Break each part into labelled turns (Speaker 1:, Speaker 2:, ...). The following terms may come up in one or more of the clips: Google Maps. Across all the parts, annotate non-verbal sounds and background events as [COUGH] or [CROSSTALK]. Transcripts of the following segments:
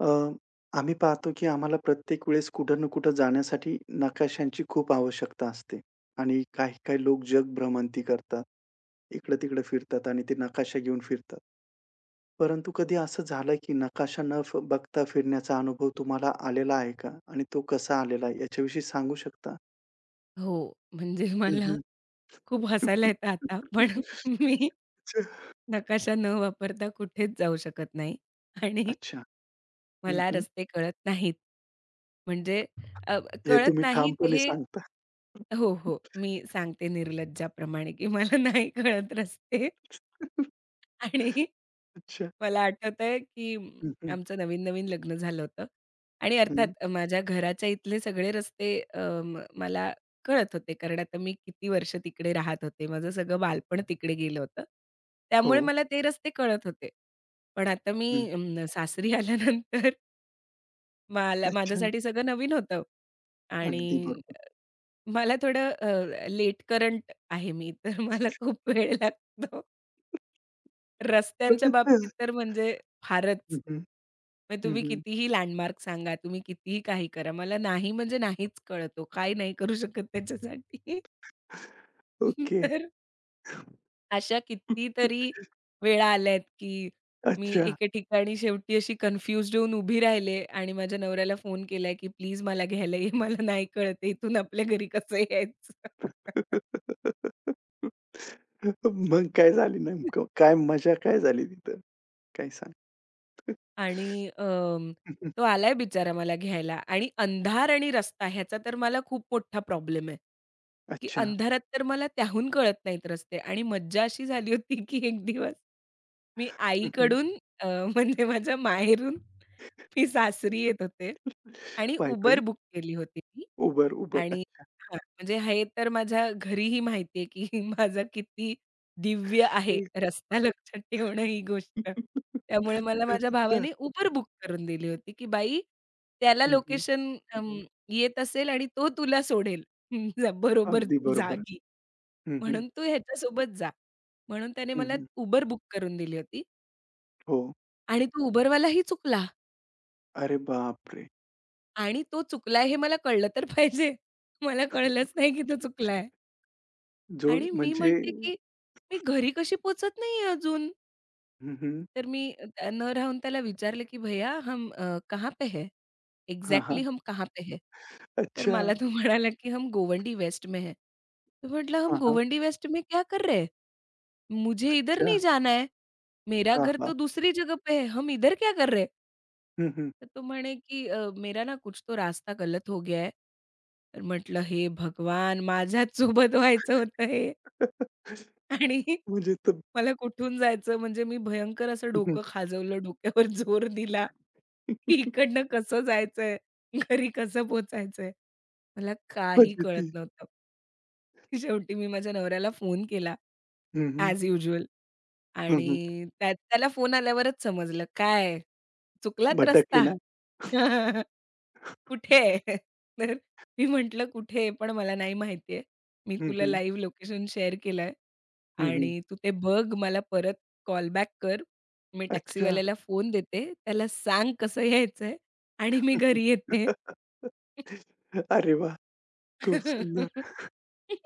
Speaker 1: अ, आम्ही पाहतो की आम्हाला प्रत्येक वेळेस कुठं ना कुठं जाण्यासाठी नकाशांची खूप आवश्यकता असते आणि काही काही लोक जग भ्रमंती करतात. इकडं-तिकडं फिरतात आणि ते नकाशा घेऊन फिरतात. परंतु कधी असं झालं की नकाशा न बघता फिरण्याचा अनुभव तुम्हाला आलेला आहे का? आणि तो कसा आलेला आहे याच्याविषयी सांगू शकता?
Speaker 2: हो, म्हणजे मला
Speaker 1: हं.
Speaker 2: खूप हसायला येतं आता, पण मी
Speaker 1: अच्छा. [LAUGHS]
Speaker 2: नकाशा न वापरता कुठेच जाऊ शकत नाही आणि
Speaker 1: अच्छा.
Speaker 2: मला रस्ते कळत नाहीत. म्हणजे अ,
Speaker 1: हे
Speaker 2: कळत
Speaker 1: तुम्ही
Speaker 2: नाहीत
Speaker 1: ठामपणे
Speaker 2: हे
Speaker 1: सांगता.
Speaker 2: हो, हो. मी
Speaker 1: [LAUGHS]
Speaker 2: सांगते निर्लज्जाप्रमाणे, की मला नाही कळत रस्ते. आणि
Speaker 1: अच्छा.
Speaker 2: मला आठवतंय की
Speaker 1: हं. हं.
Speaker 2: आमचं नवीन-नवीन लग्न झालं होतं आणि अर्थात माझ्या घराच्या इथले सगळे रस्ते अ, म मला कळत होते. कारण आता मी किती वर्ष तिकडे राहत होते. माझं सगळं बालपण तिकडे गेलं होतं.
Speaker 1: हो.
Speaker 2: त्यामुळे मला ते रस्ते कळत होते. पण आता मी सासरी [LAUGHS] आल्यानंतर मला
Speaker 1: अच्छा.
Speaker 2: माझ्यासाठी सगळं नवीन होतं. आणि
Speaker 1: अगदी बरोबर.
Speaker 2: मला थोडं लेट करंट आहे मी. तर [LAUGHS] मला खूप वेळ लागतो. रस्त्यांच्या बाबतीत तर म्हणजे
Speaker 1: हं,
Speaker 2: फारच.
Speaker 1: हं.
Speaker 2: मग
Speaker 1: हं,
Speaker 2: तुम्ही
Speaker 1: हं.
Speaker 2: कितीही लँडमार्क सांगा, तुम्ही कितीही काही करा. मला नाही म्हणजे नाहीच कळतो. काही नाही करू शकत त्याच्यासाठी. [LAUGHS]
Speaker 1: ओके.
Speaker 2: तर अशा कितीतरी वेळा आल्यात, की मी
Speaker 1: अच्छा.
Speaker 2: एके ठिकाणी शेवटी अशी कन्फ्यूज्ड होऊन उभी राहिले आणि माझ्या नवऱ्याला फोन केलाय, की "प्लीज मला घ्यायला ये. [LAUGHS] मला नाही कळत आहे इथून आपल्या घरी कसं यायचं?" [LAUGHS]
Speaker 1: मग काय झाली नेमकं? काय मजा काय झाली तिथं? काय सांग?
Speaker 2: आणि
Speaker 1: हं, हं.
Speaker 2: तो आलाय बिचारा मला घ्यायला. आणि अंधार आणि रस्ता ह्याचा तर मला खूप मोठा प्रॉब्लेम आहे, की
Speaker 1: अच्छा.
Speaker 2: अंधारात तर मला त्याहून कळत नाहीत रस्ते. आणि मज्जा अशी झाली होती, की एक दिवस मी
Speaker 1: हं, हं.
Speaker 2: आईकडून अ, म्हणजे माझ्या माहेरून मी सासरी येत होते आणि Uber
Speaker 1: पायी-पायी.
Speaker 2: बुक केली होती मी.
Speaker 1: उबर-उबर.
Speaker 2: आणि
Speaker 1: अच्छा.
Speaker 2: हां, म्हणजे हे तर माझ्या घरीही माहिती, की [LAUGHS] माझा किती दिव्य आहे रस्ता [LAUGHS] लक्षात ठेवणं ही गोष्ट. त्यामुळे मला माझ्या
Speaker 1: अच्छा.
Speaker 2: भावाने उबर बुक करून दिली होती, की "बाई त्याला
Speaker 1: हं, हं.
Speaker 2: लोकेशन येत असेल आणि तो तुला सोडेल [LAUGHS] हं, बरोबर
Speaker 1: अगदी बरोबर.
Speaker 2: जागी.
Speaker 1: हं, हं.
Speaker 2: म्हणून तू ह्याच्यासोबत जा." म्हणून त्याने
Speaker 1: हं,
Speaker 2: मला
Speaker 1: हं.
Speaker 2: उबर बुक करून दिली होती
Speaker 1: हो.
Speaker 2: आणि तो Uberवालाही चुकला.
Speaker 1: अरे बापरे!
Speaker 2: आणि तो चुकलाय हे मला कळलं तर पाहिजे. मला कळलंच नाही, की तो चुकलाय.
Speaker 1: जो
Speaker 2: आणि मी
Speaker 1: म्हणजे.
Speaker 2: म्हणते, की "मी घरी कशी पोहचत नाहीये अजून?"
Speaker 1: हं, हं.
Speaker 2: तर मी न राहून त्याला विचारलं, की "भैया हम कहाँ पे है?
Speaker 1: हां, हां.
Speaker 2: एक्झॅक्टली हम कहाँ पे है?" तर
Speaker 1: अच्छा.
Speaker 2: मला तो म्हणाला, की "हम गोवंडी वेस्ट में है." तो म्हटला,
Speaker 1: हां,
Speaker 2: "हम
Speaker 1: हां.
Speaker 2: गोवंडी वेस्ट में क्या कर रहे हैं? मुझे इधर
Speaker 1: अच्छा.
Speaker 2: नहीं जाना है, मेरा
Speaker 1: हां,
Speaker 2: घर
Speaker 1: हां.
Speaker 2: तो दूसरी जगह पे है, हम इधर क्या कर रहे हैं?"
Speaker 1: हं, हं.
Speaker 2: तर तो म्हणे, की मेरा ना कुछ तो रास्ता गलत हो गया है." तर म्हटलं, "हे भगवान! माझ्याच सोबत व्हायचं होतं हे."
Speaker 1: [LAUGHS]
Speaker 2: आणि
Speaker 1: म्हणजे तर.
Speaker 2: मला कुठून जायचं, म्हणजे मी भयंकर असं
Speaker 1: हं, हं.
Speaker 2: डोकं खाजवलं, डोक्यावर जोर दिला, की
Speaker 1: [LAUGHS]
Speaker 2: इकडनं कसं जायचंय, घरी कसं पोहोचायचंय? मला काही कळत
Speaker 1: फजिती.
Speaker 2: नव्हतं. शेवटी मी माझ्या नवऱ्याला फोन केला
Speaker 1: हं, हं.
Speaker 2: As usual.
Speaker 1: हं, हं.
Speaker 2: आणि त्याला फोन आल्यावरच समजलं, "काय चुकलात
Speaker 1: भटकली
Speaker 2: रस्ता?"
Speaker 1: ना?
Speaker 2: [LAUGHS] कुठे आहे? [LAUGHS] तर मी म्हटलं, "कुठे आहे? पण मला नाही माहिती. मी
Speaker 1: हं,
Speaker 2: तुला
Speaker 1: हं.
Speaker 2: लाईव्ह लोकेशन शेअर केलंय
Speaker 1: हं, हं.
Speaker 2: आणि तू ते बघ. मला परत कॉल बॅक कर. मी
Speaker 1: अच्छा.
Speaker 2: टॅक्सीवाल्याला फोन देते. त्याला सांग कसं यायचंय आणि मी घरी येते."
Speaker 1: [LAUGHS] अरे वाह! खूप सुंदर.
Speaker 2: [LAUGHS]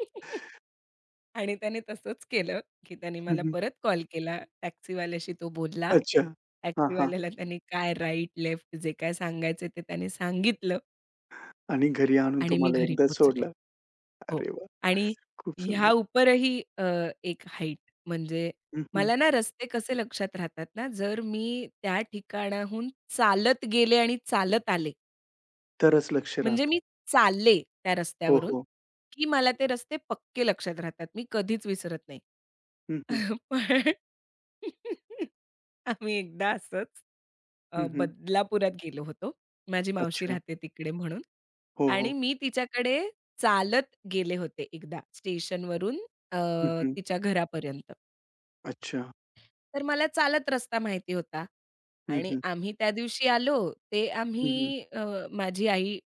Speaker 2: आणि त्याने तसंच केलं, की त्याने
Speaker 1: हं,
Speaker 2: मला
Speaker 1: हं.
Speaker 2: परत कॉल केला. टॅक्सीवाल्याशी तो बोलला.
Speaker 1: अच्छा. हां, हां.
Speaker 2: टॅक्सीवाल्याला त्याने काय राइट, लेफ्ट जे काय सांगायचं ते त्याने सांगितलं.
Speaker 1: आणि घरी आणून
Speaker 2: आणि मी
Speaker 1: तुम्हाला
Speaker 2: घरी
Speaker 1: एकदा
Speaker 2: पोहोचले.
Speaker 1: सोडलं.
Speaker 2: हो.
Speaker 1: अरे वाह!
Speaker 2: आणि
Speaker 1: खूप सुंदर.
Speaker 2: ह्या उपरही एक हाईट म्हणजे,
Speaker 1: हं, हं.
Speaker 2: मला ना रस्ते कसे लक्षात राहतात ना, जर मी त्या ठिकाणाहून चालत गेले आणि चालत आले.
Speaker 1: तरच लक्ष
Speaker 2: म्हणजे
Speaker 1: राहतं.
Speaker 2: मी चालले त्या
Speaker 1: हो,
Speaker 2: रस्त्यावरून,
Speaker 1: हो.
Speaker 2: की मला ते रस्ते पक्के लक्षात राहतात. मी कधीच विसरत नाही.
Speaker 1: हं, हं.
Speaker 2: [LAUGHS] पण [LAUGHS] आम्ही एकदा असंच
Speaker 1: हं, हं.
Speaker 2: बदलापुरात गेलो होतो. माझी मावशी
Speaker 1: अच्छा.
Speaker 2: राहते तिकडे म्हणून.
Speaker 1: हो, हो.
Speaker 2: आणि मी तिच्याकडे चालत गेले होते एकदा स्टेशनवरून अ,
Speaker 1: हं, हं.
Speaker 2: तिच्या घरापर्यंत.
Speaker 1: अच्छा.
Speaker 2: तर मला चालत रस्ता माहिती होता.
Speaker 1: हं,
Speaker 2: आणि
Speaker 1: हं.
Speaker 2: आम्ही त्या दिवशी आलो, ते
Speaker 1: हं, हं.
Speaker 2: आम्ही माझी आई,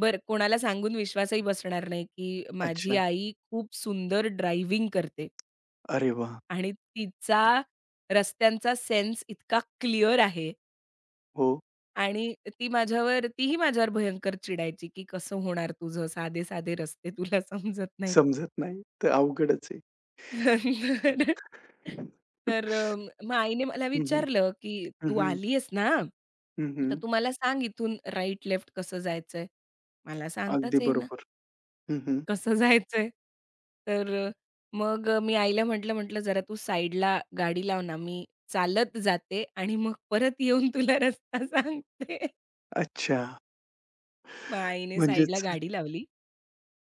Speaker 2: बर कोणाला सांगून विश्वासही बसणार नाही, की माझी
Speaker 1: अच्छा.
Speaker 2: आई खूप सुंदर ड्रायव्हिंग करते
Speaker 1: अरे वाह!
Speaker 2: आणि तिचा रस्त्यांचा सेन्स इतका क्लिअर आहे.
Speaker 1: हो.
Speaker 2: आणि ती माझ्यावर तीही माझ्यावर भयंकर चिडायची, की "कसं होणार तुझं? साधे-साधे रस्ते तुला समजत नाहीत."
Speaker 1: समजत नाही, तर अवघडच आहे.
Speaker 2: [LAUGHS] तर तर अ, मग आईने मला
Speaker 1: हं, हं.
Speaker 2: विचारलं, की
Speaker 1: हं,
Speaker 2: "तू
Speaker 1: हं.
Speaker 2: आली आहेस ना?
Speaker 1: हं, हं.
Speaker 2: तर तू मला सांग इथून राइट, लेफ्ट कसं जायचंय?" मला
Speaker 1: अगदी
Speaker 2: सांगताच येईना,
Speaker 1: बरोबर. हं, हं.
Speaker 2: कसं जायचंय? तर मग मी आईला म्हटलं, "जरा तू साइडला गाडी लाव ना, मी चालत जाते आणि मग परत येऊन तुला रस्ता सांगते."
Speaker 1: अच्छा.
Speaker 2: मग आईने साइडला
Speaker 1: म्हणजेच
Speaker 2: गाडी लावली.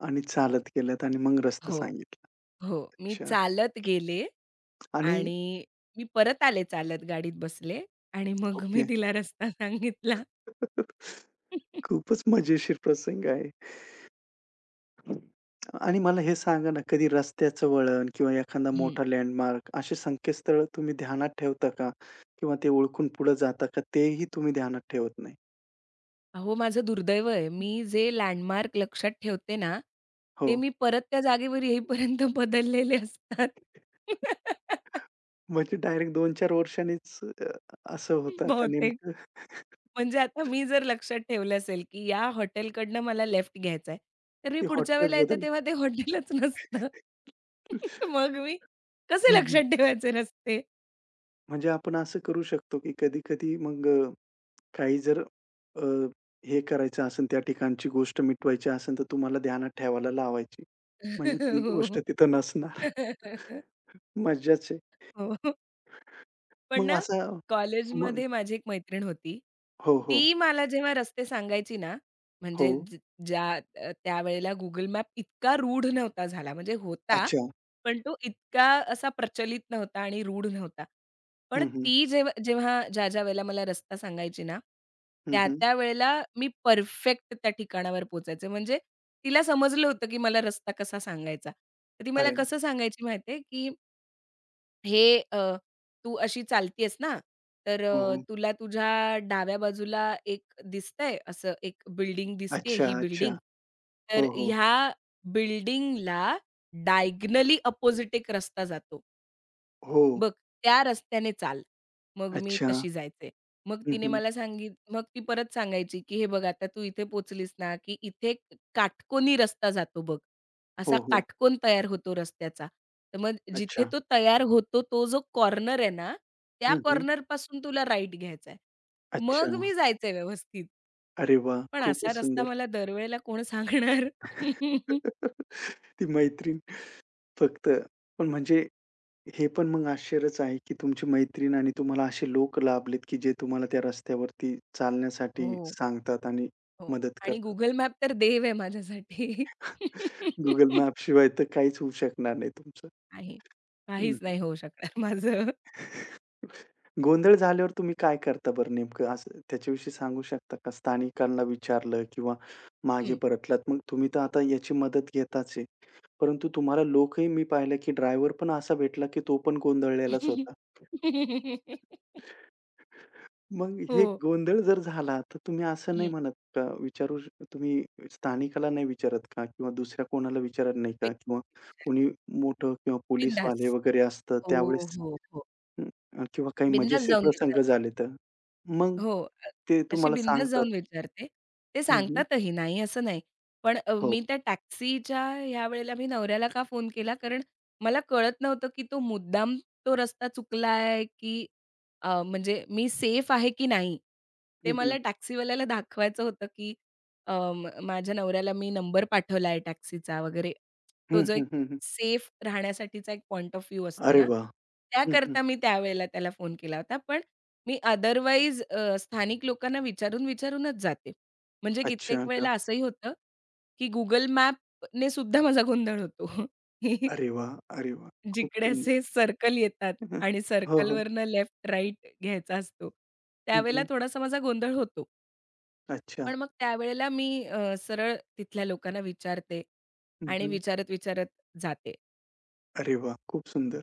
Speaker 1: आणि चालत गेल्यात आणि मग रस्ता
Speaker 2: हो,
Speaker 1: सांगितला.
Speaker 2: हो. मी
Speaker 1: अच्छा.
Speaker 2: चालत गेले
Speaker 1: आणि
Speaker 2: आणि मी परत आले, चालत गाडीत बसले आणि मग
Speaker 1: ओके.
Speaker 2: मी तिला रस्ता सांगितला.
Speaker 1: [LAUGHS]
Speaker 2: [LAUGHS]
Speaker 1: खूपच मजेशीर प्रसंग आहे. आणि मला हे सांगा ना, कधी रस्त्याचं वळण किंवा एखादा
Speaker 2: हं.
Speaker 1: मोठा लँडमार्क असे संकेतस्थळ तुम्ही ध्यानात ठेवता का? किंवा ते ओळखून पुढे जाता का? तेही तुम्ही ध्यानात ठेवत नाही?
Speaker 2: अहो, माझं दुर्दैव आहे. मी जे लँडमार्क लक्षात ठेवते ना,
Speaker 1: हो.
Speaker 2: ते मी परत त्या जागेवर येईपर्यंत बदललेले असतात. [LAUGHS]
Speaker 1: म्हणजे डायरेक्ट 2-4 वर्षांनीच असं होतं का
Speaker 2: बहुतेक.
Speaker 1: नेमकं?
Speaker 2: म्हणजे आता मी
Speaker 1: [LAUGHS]
Speaker 2: जर लक्षात ठेवलं असेल, की या हॉटेलकडनं मला लेफ्ट घ्यायचा आहे, तर मी
Speaker 1: ते
Speaker 2: पुढच्या
Speaker 1: हॉटेलच
Speaker 2: वेळेला येते
Speaker 1: बदलले.
Speaker 2: तेव्हा ते हॉटेलच नसतं. [LAUGHS] मग मी कसे
Speaker 1: हं, हं.
Speaker 2: लक्षात ठेवायचे रस्ते?
Speaker 1: म्हणजे आपण असं करू शकतो, की कधी-कधी मग काही जर अ, हे करायचं असेल, त्या ठिकाणची गोष्ट मिटवायची असेल, तर तुम्हाला ध्यानात ठेवायला लावायची. म्हणजे ती गोष्ट
Speaker 2: [LAUGHS] हो.
Speaker 1: तिथं नसणार. [LAUGHS]
Speaker 2: [LAUGHS]
Speaker 1: मज्जाच आहे.
Speaker 2: हो. पण
Speaker 1: मग
Speaker 2: ना,
Speaker 1: असा मग.
Speaker 2: कॉलेजमध्ये माझी एक मैत्रीण होती.
Speaker 1: हो, हो,
Speaker 2: ती मला जेव्हा रस्ते सांगायची ना,
Speaker 1: हो.
Speaker 2: म्हणजे ज ज्या त्यावेळेला Google मॅप इतका रूढ नव्हता झाला. म्हणजे होता,
Speaker 1: अच्छा.
Speaker 2: पण तो इतका असा प्रचलित नव्हता आणि रूढ नव्हता. पण
Speaker 1: हं, हं.
Speaker 2: ती जेव्हा जेव्हा ज्या-ज्या वेळेला मला रस्ता सांगायची ना,
Speaker 1: हं, हं.
Speaker 2: त्या-त्या वेळेला मी परफेक्ट त्या ठिकाणावर पोहोचायचे. म्हणजे तिला समजलं होतं, की मला रस्ता कसा सांगायचा. तर ती मला
Speaker 1: अरे.
Speaker 2: कसं सांगायची माहिती की हे तू अशी चालतीयेस ना, तर
Speaker 1: हो,
Speaker 2: अ,
Speaker 1: हो.
Speaker 2: तुला तुझ्या डाव्या बाजूला एक दिसतंय असं एक बिल्डिंग दिसतीये
Speaker 1: अच्छा,
Speaker 2: ही
Speaker 1: अच्छा.
Speaker 2: बिल्डिंग. तर
Speaker 1: हो, हो.
Speaker 2: ह्या बिल्डिंगला डायगोनली अपोझिट एक रस्ता जातो.
Speaker 1: हो.
Speaker 2: बघ, त्या रस्त्याने चाल. मग मी
Speaker 1: अच्छा.
Speaker 2: तशी जायचे. मग
Speaker 1: हं,
Speaker 2: तिने
Speaker 1: हं.
Speaker 2: मला सांगित मग ती परत सांगायची, की "हे बघ आता तू इथे पोहोचलीस ना, की इथे एक काटकोनी रस्ता जातो बघ. असा
Speaker 1: हो, हो.
Speaker 2: काटकोन तयार होतो रस्त्याचा. तर मग जिथे
Speaker 1: अच्छा.
Speaker 2: तो तयार होतो तो जो कॉर्नर आहे ना, त्या
Speaker 1: हं, हं.
Speaker 2: कॉर्नरपासून तुला राइट घ्यायचा आहे."
Speaker 1: अच्छा.
Speaker 2: मग मी जायचे व्यवस्थित.
Speaker 1: अरे वाह!
Speaker 2: पण
Speaker 1: खूपच
Speaker 2: असा रस्ता
Speaker 1: सुंदर.
Speaker 2: मला दरवेळेला कोण सांगणार? [LAUGHS]
Speaker 1: [LAUGHS] ती मैत्रीण फक्त पण म्हणजे हे पण मग आश्चर्यच आहे, की तुमची मैत्रीण आणि तुम्हाला असे लोक लाभलेत, की जे तुम्हाला त्या रस्त्यावरती चालण्यासाठी
Speaker 2: हो,
Speaker 1: सांगतात आणि
Speaker 2: हो.
Speaker 1: मदत
Speaker 2: आणि
Speaker 1: करतात.
Speaker 2: Google Map तर देव आहे माझ्यासाठी.
Speaker 1: Google Maps
Speaker 2: [LAUGHS]
Speaker 1: शिवाय तर काहीच होऊ शकणार नाही तुमचं.
Speaker 2: आहे. काहीच
Speaker 1: हं.
Speaker 2: नाही होऊ शकणार माझं.
Speaker 1: गोंधळ झाल्यावर तुम्ही काय करता बरं नेमकं असं त्याच्याविषयी सांगू शकता का? स्थानिकांना विचारलं किंवा मागे
Speaker 2: हं.
Speaker 1: परतलात. मग तुम्ही तर आता याची मदत घेताच आहे. परंतु तुम्हाला लोकही मी पाहिलं, की ड्रायव्हर पण असा भेटला, की तो पण गोंधळलेलाच होता.
Speaker 2: [LAUGHS]
Speaker 1: मग
Speaker 2: हो.
Speaker 1: हे गोंधळ जर झाला, तर तुम्ही असं नाही
Speaker 2: हं.
Speaker 1: म्हणत का? तुम्ही स्थानिकाला नाही विचारत का? किंवा दुसऱ्या कोणाला विचारत नाही का? किंवा
Speaker 2: विचारते.
Speaker 1: कोणी मोठं किंवा पोलीसवाले
Speaker 2: बिनधास्त.
Speaker 1: वगैरे असतं
Speaker 2: हो,
Speaker 1: त्यावेळेस.
Speaker 2: हो, हो.
Speaker 1: हं, किंवा काही
Speaker 2: बिनधास्त
Speaker 1: मजेशीर
Speaker 2: जाऊन
Speaker 1: प्रसंग
Speaker 2: विचारते.
Speaker 1: झाले तर? मग
Speaker 2: हो.
Speaker 1: ते
Speaker 2: अशी
Speaker 1: तुम्हाला
Speaker 2: बिनधास्त
Speaker 1: सांगतात.
Speaker 2: जाऊन विचारते. ते
Speaker 1: हं, हं.
Speaker 2: सांगतातही, नाही असं नाही. पण
Speaker 1: हो.
Speaker 2: मी त्या टॅक्सीच्या ह्या वेळेला मी नवऱ्याला का फोन केला? कारण मला कळत नव्हतं, की तो मुद्दाम तो रस्ता चुकलाय, की म्हणजे मी सेफ आहे की नाही? ते
Speaker 1: हं, हं.
Speaker 2: मला टॅक्सीवाल्याला दाखवायचं होतं, की अ, म माझ्या नवऱ्याला मी नंबर पाठवला आहे टॅक्सीचा वगैरे. तो
Speaker 1: हं,
Speaker 2: जो एक
Speaker 1: हं, हं, हं.
Speaker 2: सेफ राहण्यासाठीचा एक पॉइंट ऑफ व्ह्यू असतो
Speaker 1: अरे
Speaker 2: ना,
Speaker 1: वाह! हं, हं.
Speaker 2: त्याकरता मी त्यावेळेला त्याला फोन केला होता. पण मी अदरवाईज स्थानिक लोकांना विचारून-विचारूनच जाते. म्हणजे
Speaker 1: अच्छा,
Speaker 2: कित्येक
Speaker 1: अच्छा.
Speaker 2: वेळेला असंही होतं, की Google मॅपने सुद्धा माझा गोंधळ होतो. [LAUGHS] की
Speaker 1: अरे वाह! अरे वाह! खूप
Speaker 2: जिकडे
Speaker 1: सुंदर.
Speaker 2: असे सर्कल येतात
Speaker 1: हं, हं.
Speaker 2: आणि
Speaker 1: हो, हो.
Speaker 2: सर्कलवरनं लेफ्ट राइट घ्यायचा असतो.
Speaker 1: हं,
Speaker 2: त्यावेळेला
Speaker 1: हं.
Speaker 2: थोडासा माझा गोंधळ होतो.
Speaker 1: अच्छा.
Speaker 2: पण मग त्यावेळेला मी सरळ तिथल्या लोकांना विचारते
Speaker 1: हं,
Speaker 2: आणि
Speaker 1: हं.
Speaker 2: विचारत-विचारत जाते.
Speaker 1: अरे वाह! खूप सुंदर.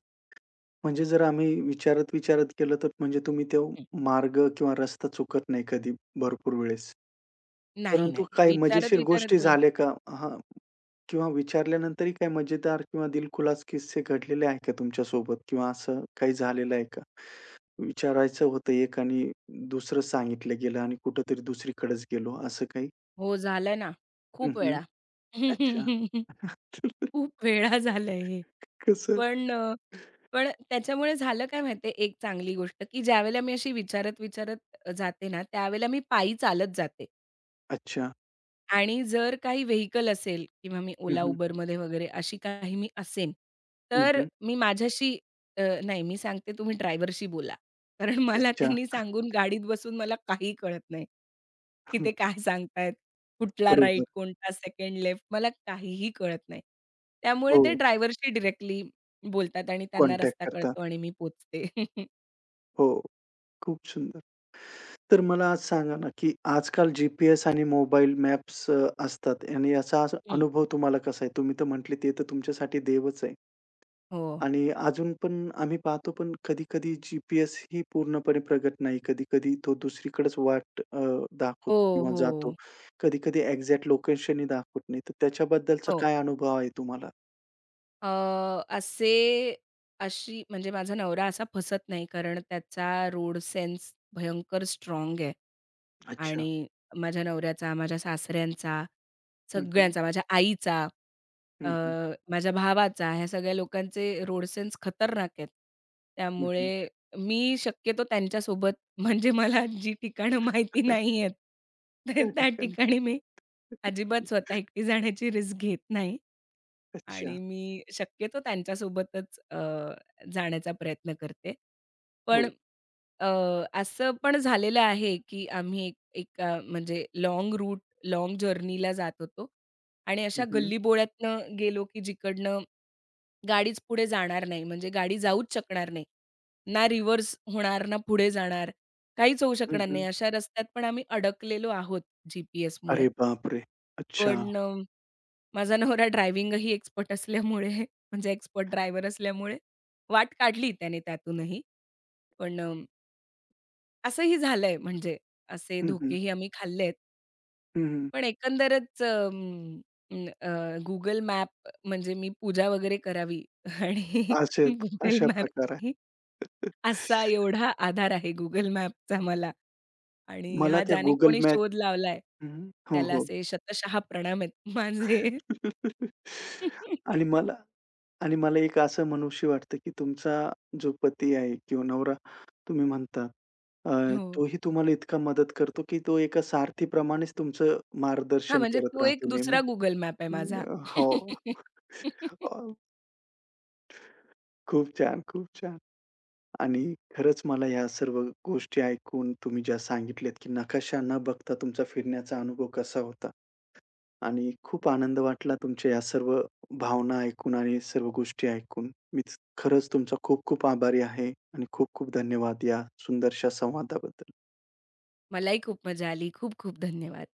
Speaker 1: म्हणजे जर आम्ही विचारत-विचारत केलं तर म्हणजे तुम्ही तो
Speaker 2: हं.
Speaker 1: मार्ग किंवा रस्ता चुकत नाही कधी भरपूर वेळेस.
Speaker 2: नाही,
Speaker 1: परंतु
Speaker 2: नाही.
Speaker 1: काही मजेशीर
Speaker 2: विचारत-विचारत
Speaker 1: गोष्टी
Speaker 2: गेले
Speaker 1: झाल्या
Speaker 2: तर नाही.
Speaker 1: का? हां. किंवा विचारल्यानंतरही काही मजेदार किंवा दिलखुलास किस्से घडलेले आहेत का तुमच्यासोबत? किंवा असं काही झालेलं आहे का? विचारायचं होतं एक आणि दुसरं सांगितलं गेलं आणि कुठेतरी दुसरीकडेच गेलो असं काही?
Speaker 2: हो, झालं ना.
Speaker 1: हं,
Speaker 2: खूप
Speaker 1: हं.
Speaker 2: वेळा.
Speaker 1: अच्छा.
Speaker 2: [LAUGHS]
Speaker 1: [LAUGHS]
Speaker 2: खूप वेळा झालंय हे.
Speaker 1: कसं?
Speaker 2: पण पण त्याच्यामुळे झालं काय माहिती एक चांगली गोष्ट, की ज्यावेळेला मी अशी विचारत-विचारत जाते ना, त्यावेळेला मी पायी चालत जाते.
Speaker 1: अच्छा.
Speaker 2: आणि जर काही व्हेइकल असेल किंवा मी
Speaker 1: हं,
Speaker 2: Ola,
Speaker 1: हं.
Speaker 2: Uberमध्ये वगैरे अशी काही मी असेन,
Speaker 1: हं,
Speaker 2: तर
Speaker 1: हं.
Speaker 2: मी माझ्याशी अ, नाही मी सांगते तुम्ही ड्रायव्हरशी बोला. कारण मला
Speaker 1: अच्छा.
Speaker 2: त्यांनी सांगून गाडीत बसून मला काही कळत नाही, की
Speaker 1: हं,
Speaker 2: ते काय सांगतायत, कुठला राइट,
Speaker 1: बरोबर.
Speaker 2: कोणता सेकंड लेफ्ट मला काहीही कळत नाही. त्यामुळे ते
Speaker 1: हो,
Speaker 2: ड्रायव्हरशी डायरेक्टली बोलतात आणि त्यांना
Speaker 1: कॉन्टॅक्ट
Speaker 2: रस्ता
Speaker 1: करता.
Speaker 2: कळतो आणि मी पोहोचते. [LAUGHS]
Speaker 1: हो, खूप सुंदर. तर मला आज सांगा ना, की आजकाल जी-पी-एस आणि मोबाईल मॅप्स असतात आणि याचा असा
Speaker 2: हं.
Speaker 1: अनुभव तुम्हाला कसा आहे? तुम्ही तर म्हटले ते तर तुमच्यासाठी देवच आहे.
Speaker 2: हो.
Speaker 1: आणि अजून पण आम्ही पाहतो पण कधी-कधी जी-पी-एस ही पूर्णपणे प्रगत नाही. कधी-कधी तो दुसरीकडेच वाट
Speaker 2: हो,
Speaker 1: दाखवतो किंवा जातो.
Speaker 2: हो.
Speaker 1: कधी-कधी एक्झॅक्ट लोकेशनही दाखवत नाही. तर त्याच्याबद्दलचा
Speaker 2: हो.
Speaker 1: काय अनुभव आहे तुम्हाला?
Speaker 2: अ, असे अशी म्हणजे माझा नवरा असा फसत नाही, कारण त्याचा रोड सेन्स भयंकर स्ट्राँग आहे.
Speaker 1: अच्छा.
Speaker 2: आणि माझ्या नवऱ्याचा, माझ्या सासऱ्यांचा,
Speaker 1: हं, हं.
Speaker 2: सगळ्यांचा, माझ्या आईचा, अ,
Speaker 1: हं, हं.
Speaker 2: माझ्या भावाचा, ह्या सगळ्या लोकांचे रोड सेन्स खतरनाक आहेत.
Speaker 1: हं, हं.
Speaker 2: त्यामुळे मी शक्यतो त्यांच्यासोबत [LAUGHS] म्हणजे मला जी ठिकाणं माहिती
Speaker 1: [LAUGHS]
Speaker 2: नाही आहेत,
Speaker 1: त्या
Speaker 2: त्या
Speaker 1: ठिकाणी.
Speaker 2: ठिकाणी मी अजिबात स्वतः एकटी जाण्याची रिस्क घेत नाही.
Speaker 1: अच्छा.
Speaker 2: आणि मी शक्यतो त्यांच्यासोबतच जाण्याचा प्रयत्न करते. पण
Speaker 1: हो.
Speaker 2: अ, असं पण झालेलं आहे, की आम्ही एका म्हणजे लाँग रूट, लाँग जर्नीला जात होतो आणि
Speaker 1: हं,
Speaker 2: अशा
Speaker 1: हं.
Speaker 2: गल्लीबोळ्यातनं गेलो, की जिकडनं गाडीच पुढे जाणार नाही. म्हणजे गाडी जाऊच शकणार नाही. ना रिव्हर्स होणार, ना पुढे जाणार. काहीच होऊ
Speaker 1: हं,
Speaker 2: शकणार नाही.
Speaker 1: हं.
Speaker 2: अशा रस्त्यात पण आम्ही अडकलेलो आहोत जी-पी-एसमुळे.
Speaker 1: अरे बापरे! अच्छा.
Speaker 2: पण माझा नवरा ड्रायव्हिंगही एक्सपर्ट असल्यामुळे [LAUGHS] म्हणजे एक्सपर्ट ड्रायव्हर असल्यामुळे वाट काढली त्याने त्यातूनही. पण असंही झालंय म्हणजे असे
Speaker 1: हं, हं.
Speaker 2: धोकेही आम्ही खाल्लेत.
Speaker 1: हं, हं.
Speaker 2: पण एकंदरच Google मॅप म्हणजे मी पूजा वगैरे करावी [LAUGHS] आणि
Speaker 1: असे आहेत.
Speaker 2: Google
Speaker 1: अशा प्रकार आहे.
Speaker 2: मॅपची असा एवढा आधार आहे Google मॅपचा मला. आणि
Speaker 1: मला
Speaker 2: हा
Speaker 1: त्या
Speaker 2: ज्याने
Speaker 1: Google
Speaker 2: कोणी
Speaker 1: मॅप.
Speaker 2: शोध लावलाय,
Speaker 1: हं. हो,
Speaker 2: त्याला
Speaker 1: हो.
Speaker 2: असे शतशः प्रणाम आहेत माझे.
Speaker 1: आणि
Speaker 2: [LAUGHS]
Speaker 1: मला आणि मला एक असं म्हणूशी वाटतं, की तुमचा जो पती आहे किंवा नवरा तुम्ही म्हणता, अ,
Speaker 2: हो.
Speaker 1: तोही तुम्हाला इतका मदत करतो, की तो एका सारथीप्रमाणेच तुमचं
Speaker 2: हां,
Speaker 1: मार्गदर्शन
Speaker 2: म्हणजे
Speaker 1: करत
Speaker 2: तो एक
Speaker 1: राहतो नेहमी.
Speaker 2: दुसरा Google मॅप आहे माझा.
Speaker 1: हो.
Speaker 2: [LAUGHS]
Speaker 1: अ, खूप छान, खूप छान. आणि खरंच मला ह्या सर्व गोष्टी ऐकून तुम्ही ज्या सांगितल्यात, की नकाशा न बघता तुमचा फिरण्याचा अनुभव कसा होता आणि खूप आनंद वाटला तुमच्या या सर्व भावना ऐकून आणि सर्व गोष्टी ऐकून. मीच खरंच तुमचा खूप खूप आभारी आहे आणि खूप खूप धन्यवाद या सुंदरशा संवादाबद्दल.
Speaker 2: मलाही खूप मजा आली. खूप खूप धन्यवाद.